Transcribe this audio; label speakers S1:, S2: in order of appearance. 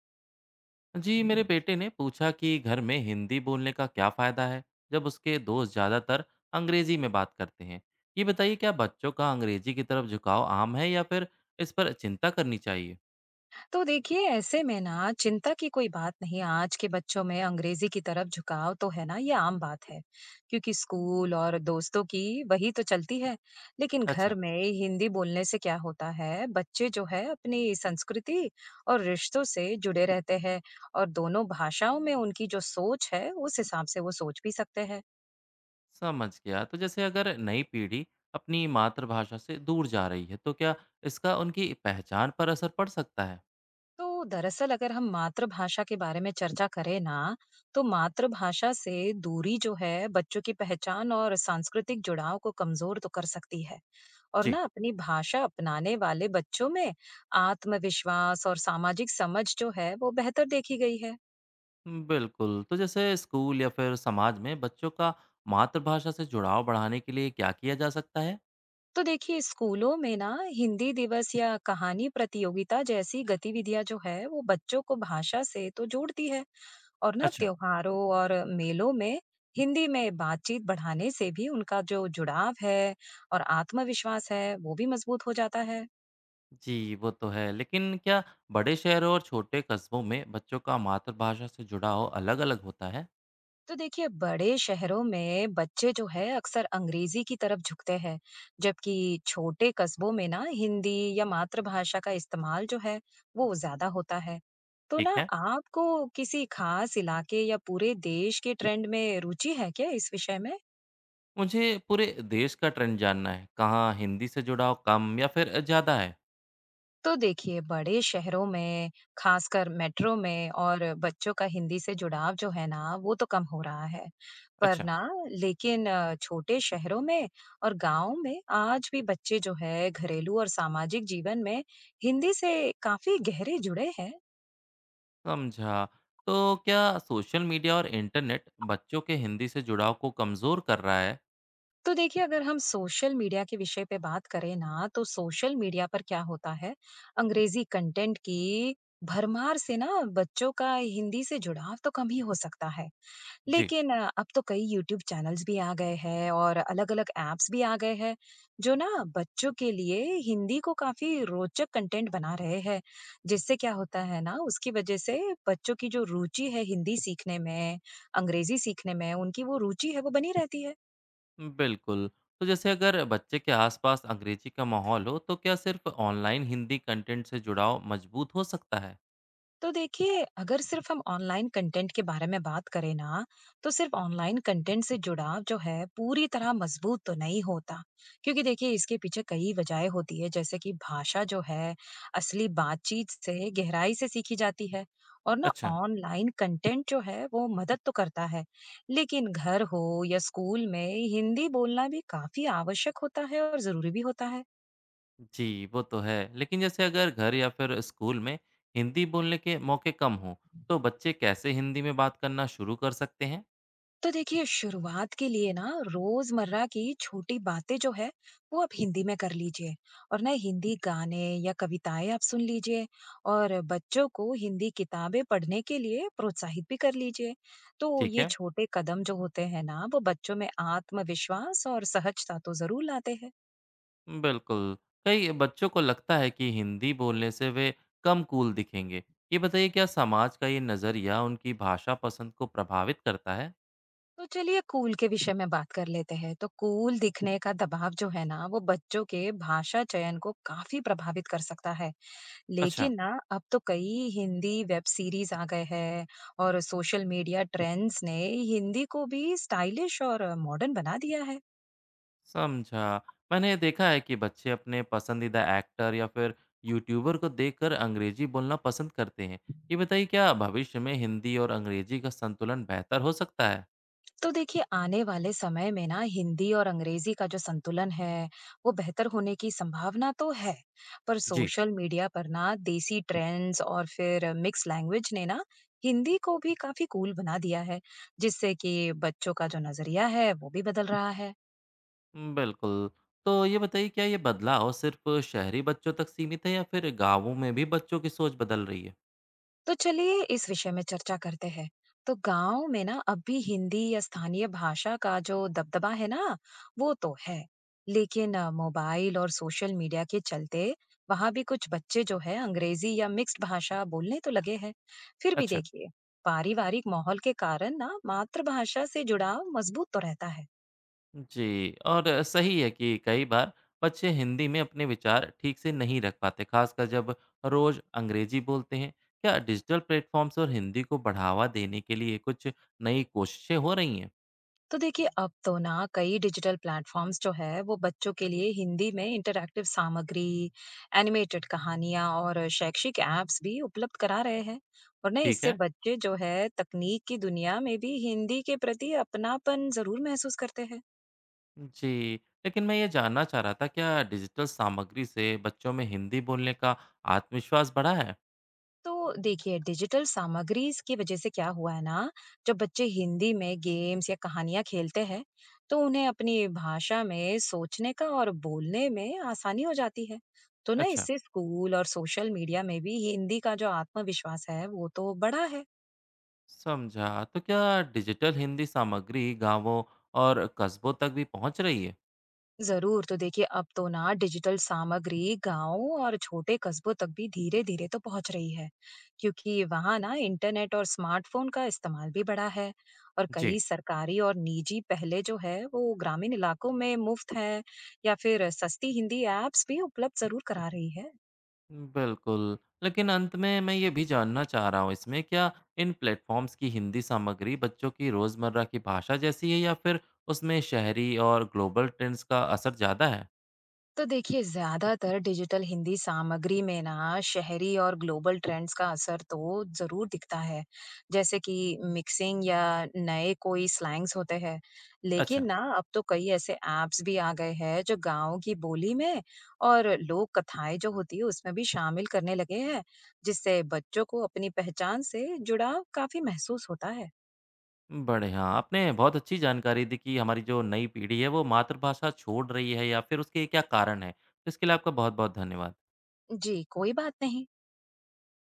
S1: जी मेरे बेटे ने पूछा कि घर में हिंदी बोलने का क्या फायदा है जब उसके दोस्त ज्यादातर अंग्रेजी में बात करते हैं। ये बताइए, क्या बच्चों का अंग्रेजी की तरफ झुकाव आम है या फिर इस पर चिंता करनी चाहिए?
S2: तो देखिए ऐसे में ना, चिंता की कोई बात नहीं। आज के बच्चों में अंग्रेजी की तरफ झुकाव तो है ना, ये आम बात है क्योंकि स्कूल और दोस्तों की वही तो चलती है। लेकिन
S1: अच्छा,
S2: घर में हिंदी बोलने से क्या होता है, बच्चे जो है अपनी संस्कृति और रिश्तों से जुड़े रहते हैं और दोनों भाषाओं में उनकी जो सोच है उस हिसाब से वो सोच भी सकते हैं।
S1: समझ गया। तो जैसे अगर नई पीढ़ी अपनी मातृभाषा से दूर जा रही है, तो क्या इसका उनकी पहचान पर असर पड़ सकता है?
S2: तो दरअसल अगर हम मातृभाषा के बारे में चर्चा करें ना, तो मातृभाषा से दूरी जो है बच्चों की पहचान और सांस्कृतिक जुड़ाव को कमजोर तो कर सकती है। और
S1: जी,
S2: ना, अपनी भाषा अपनाने वाले बच्चों में आत्मविश्वास और सामाजिक समझ जो है वो बेहतर देखी गई है।
S1: बिल्कुल। तो जैसे स्कूल या फिर समाज में बच्चों का मातृभाषा से जुड़ाव बढ़ाने के लिए क्या किया जा सकता है?
S2: तो देखिए स्कूलों में ना, हिंदी दिवस या कहानी प्रतियोगिता जैसी गतिविधियां जो है वो बच्चों को भाषा से तो जोड़ती है। और ना,
S1: अच्छा।
S2: त्योहारों और मेलों में हिंदी में बातचीत बढ़ाने से भी उनका जो जुड़ाव है और आत्मविश्वास है वो भी मजबूत हो जाता है।
S1: जी, वो तो है। लेकिन क्या बड़े शहरों और छोटे कस्बों में बच्चों का मातृभाषा से जुड़ाव अलग-अलग होता है?
S2: तो देखिए बड़े शहरों में बच्चे जो है अक्सर अंग्रेजी की तरफ झुकते हैं, जबकि छोटे कस्बों में ना हिंदी या मातृभाषा का इस्तेमाल जो है वो ज्यादा होता है। तो
S1: ठीक
S2: ना,
S1: है।
S2: आपको किसी खास इलाके या पूरे देश के ट्रेंड में रुचि है क्या इस विषय में?
S1: मुझे पूरे देश का ट्रेंड जानना है। कहाँ हिंदी से जुड़ाव कम या फिर ज़्यादा है?
S2: तो देखिए बड़े शहरों में, खासकर मेट्रो में, और बच्चों का हिंदी से जुड़ाव जो है ना वो तो कम हो रहा है। पर
S1: अच्छा,
S2: ना, लेकिन छोटे शहरों में और गांव में आज भी बच्चे जो है घरेलू और सामाजिक जीवन में हिंदी से काफी गहरे जुड़े हैं।
S1: समझा। तो क्या सोशल मीडिया और इंटरनेट बच्चों के हिंदी से जुड़ाव को कमज़ोर कर रहा है?
S2: तो देखिए अगर हम सोशल मीडिया के विषय पे बात करें ना, तो सोशल मीडिया पर क्या होता है, अंग्रेजी कंटेंट की भरमार से ना बच्चों का हिंदी से जुड़ाव तो कम ही हो सकता है।
S1: जी,
S2: लेकिन अब तो कई यूट्यूब चैनल्स भी आ गए हैं और अलग अलग एप्स भी आ गए हैं जो ना बच्चों के लिए हिंदी को काफी रोचक कंटेंट बना रहे हैं। जिससे क्या होता है ना, उसकी वजह से बच्चों की जो रुचि है हिंदी सीखने में, अंग्रेजी सीखने में, उनकी वो रुचि है वो बनी रहती है।
S1: बिल्कुल। तो जैसे अगर बच्चे के आसपास अंग्रेजी का माहौल हो, तो क्या सिर्फ़ ऑनलाइन हिंदी कंटेंट से जुड़ाव मज़बूत हो सकता है?
S2: तो देखिए अगर सिर्फ हम ऑनलाइन कंटेंट के बारे में बात करें ना, तो सिर्फ ऑनलाइन कंटेंट से जुड़ाव जो है पूरी तरह मजबूत तो नहीं होता, क्योंकि देखिए इसके पीछे कई वजहें होती है, जैसे कि भाषा जो है असली बातचीत से गहराई से सीखी जाती है। और ना,
S1: अच्छा।
S2: ऑनलाइन कंटेंट जो है वो मदद तो करता है, लेकिन घर हो या स्कूल में हिंदी बोलना भी काफी आवश्यक होता है और जरूरी भी होता है।
S1: जी, वो तो है। लेकिन जैसे अगर घर या फिर स्कूल में हिंदी बोलने के मौके कम हों, तो बच्चे कैसे हिंदी में बात करना शुरू कर सकते हैं?
S2: तो देखिए शुरुआत के लिए ना, रोजमर्रा की छोटी बातें जो है वो आप हिंदी में कर लीजिए, और ना हिंदी गाने या कविताएं आप सुन लीजिए, और बच्चों को हिंदी किताबें पढ़ने के लिए प्रोत्साहित भी कर लीजिए। तो
S1: ठीक
S2: ये
S1: है,
S2: छोटे कदम जो होते हैं ना, वो बच्चों में आत्मविश्वास और सहजता तो जरूर लाते हैं।
S1: बिल्कुल। कई बच्चों को लगता है कि हिंदी बोलने से वे कम कूल दिखेंगे। ये बताइए, क्या समाज का ये नज़रिया उनकी भाषा पसंद को प्रभावित करता है?
S2: तो चलिए कूल के विषय में बात कर लेते हैं। तो कूल दिखने का दबाव जो है ना, वो बच्चों के भाषा चयन को काफी प्रभावित कर सकता है।
S1: अच्छा।
S2: लेकिन ना, अब तो कई हिंदी वेब सीरीज आ गए हैं और सोशल मीडिया ट्रेंड्स ने हिंदी को भी स्टाइलिश और मॉडर्न बना दिया है।
S1: समझा। मैंने देखा है कि बच्चे अपने पसंदीदा एक्टर या फिर यूट्यूबर को देखकर अंग्रेजी बोलना पसंद करते हैं। ये बताइए, क्या भविष्य में हिंदी और अंग्रेजी का संतुलन बेहतर हो सकता है?
S2: तो देखिए आने वाले समय में ना, हिंदी और अंग्रेजी का जो संतुलन है वो बेहतर होने की संभावना तो है। पर
S1: जी,
S2: सोशल मीडिया पर ना, देसी ट्रेंड्स और फिर मिक्स लैंग्वेज ने ना हिंदी को भी काफी कूल बना दिया है, जिससे कि बच्चों का जो नजरिया है वो भी बदल रहा है।
S1: बिल्कुल। तो ये बताइए, क्या ये बदलाव सिर्फ शहरी बच्चों तक सीमित है या फिर गाँवों में भी बच्चों की सोच बदल रही है?
S2: तो चलिए इस विषय में चर्चा करते हैं। तो गाँव में ना, अब भी हिंदी या स्थानीय भाषा का जो दबदबा है ना, वो तो है। लेकिन मोबाइल और सोशल मीडिया के चलते वहाँ भी कुछ बच्चे जो है अंग्रेजी या मिक्स्ड भाषा बोलने तो लगे हैं। फिर भी
S1: अच्छा।
S2: देखिए, पारिवारिक माहौल के कारण ना मातृभाषा से जुड़ाव मजबूत तो रहता है।
S1: जी, और सही है कि कई बार बच्चे हिंदी में अपने विचार ठीक से नहीं रख पाते, खासकर जब रोज अंग्रेजी बोलते हैं। क्या डिजिटल प्लेटफॉर्म्स और हिंदी को बढ़ावा देने के लिए कुछ नई कोशिशें हो रही हैं?
S2: तो देखिए अब तो ना कई डिजिटल प्लेटफॉर्म्स जो है वो बच्चों के लिए हिंदी में इंटरैक्टिव सामग्री, एनिमेटेड कहानियां और शैक्षिक एप्स भी उपलब्ध करा रहे हैं। और ना
S1: ठीक
S2: इससे
S1: है।
S2: बच्चे जो है तकनीक की दुनिया में भी हिंदी के प्रति अपनापन जरूर महसूस करते हैं।
S1: जी, लेकिन मैं ये जानना चाह रहा था, क्या डिजिटल सामग्री से बच्चों में हिंदी बोलने का आत्मविश्वास बढ़ा है?
S2: तो देखिए डिजिटल सामग्री की वजह से क्या हुआ है ना, जब बच्चे हिंदी में गेम्स या कहानियां खेलते हैं तो उन्हें अपनी भाषा में सोचने का और बोलने में आसानी हो जाती है। तो ना
S1: अच्छा,
S2: इससे स्कूल और सोशल मीडिया में भी हिंदी का जो आत्मविश्वास है वो तो बढ़ा है।
S1: समझा। तो क्या डिजिटल हिंदी सामग्री गांवों और कस्बों तक भी पहुंच रही है?
S2: ज़रूर, तो देखिए अब तो ना डिजिटल सामग्री गाँव और छोटे कस्बों तक भी धीरे-धीरे तो पहुँच रही है, क्योंकि वहाँ ना इंटरनेट और स्मार्टफ़ोन का इस्तेमाल भी बढ़ा है, और
S1: जी,
S2: कई सरकारी और निजी पहले जो है वो ग्रामीण इलाकों में मुफ़्त है या फिर सस्ती हिंदी ऐप्स भी उपलब्ध ज़रूर करा रही है।
S1: बिल्कुल। लेकिन अंत में मैं ये भी जानना चाह रहा हूँ इसमें, क्या इन प्लेटफ़ॉर्म्स की हिंदी सामग्री बच्चों की रोज़मर्रा की भाषा जैसी है या फिर उसमें शहरी और ग्लोबल ट्रेंड्स का असर ज़्यादा है?
S2: तो देखिए ज्यादातर डिजिटल हिंदी सामग्री में ना शहरी और ग्लोबल ट्रेंड्स का असर तो जरूर दिखता है, जैसे कि मिक्सिंग या नए कोई स्लैंग्स होते हैं।
S1: अच्छा,
S2: लेकिन ना, अब तो कई ऐसे एप्स भी आ गए हैं जो गांव की बोली में और लोक कथाएं जो होती है उसमें भी शामिल करने लगे हैं, जिससे बच्चों को अपनी पहचान से जुड़ाव काफी महसूस होता है।
S1: बढ़िया। आपने बहुत अच्छी जानकारी दी कि हमारी जो नई पीढ़ी है वो मातृभाषा छोड़ रही है या फिर उसके क्या कारण हैं। इसके लिए आपका बहुत-बहुत धन्यवाद।
S2: जी कोई बात नहीं।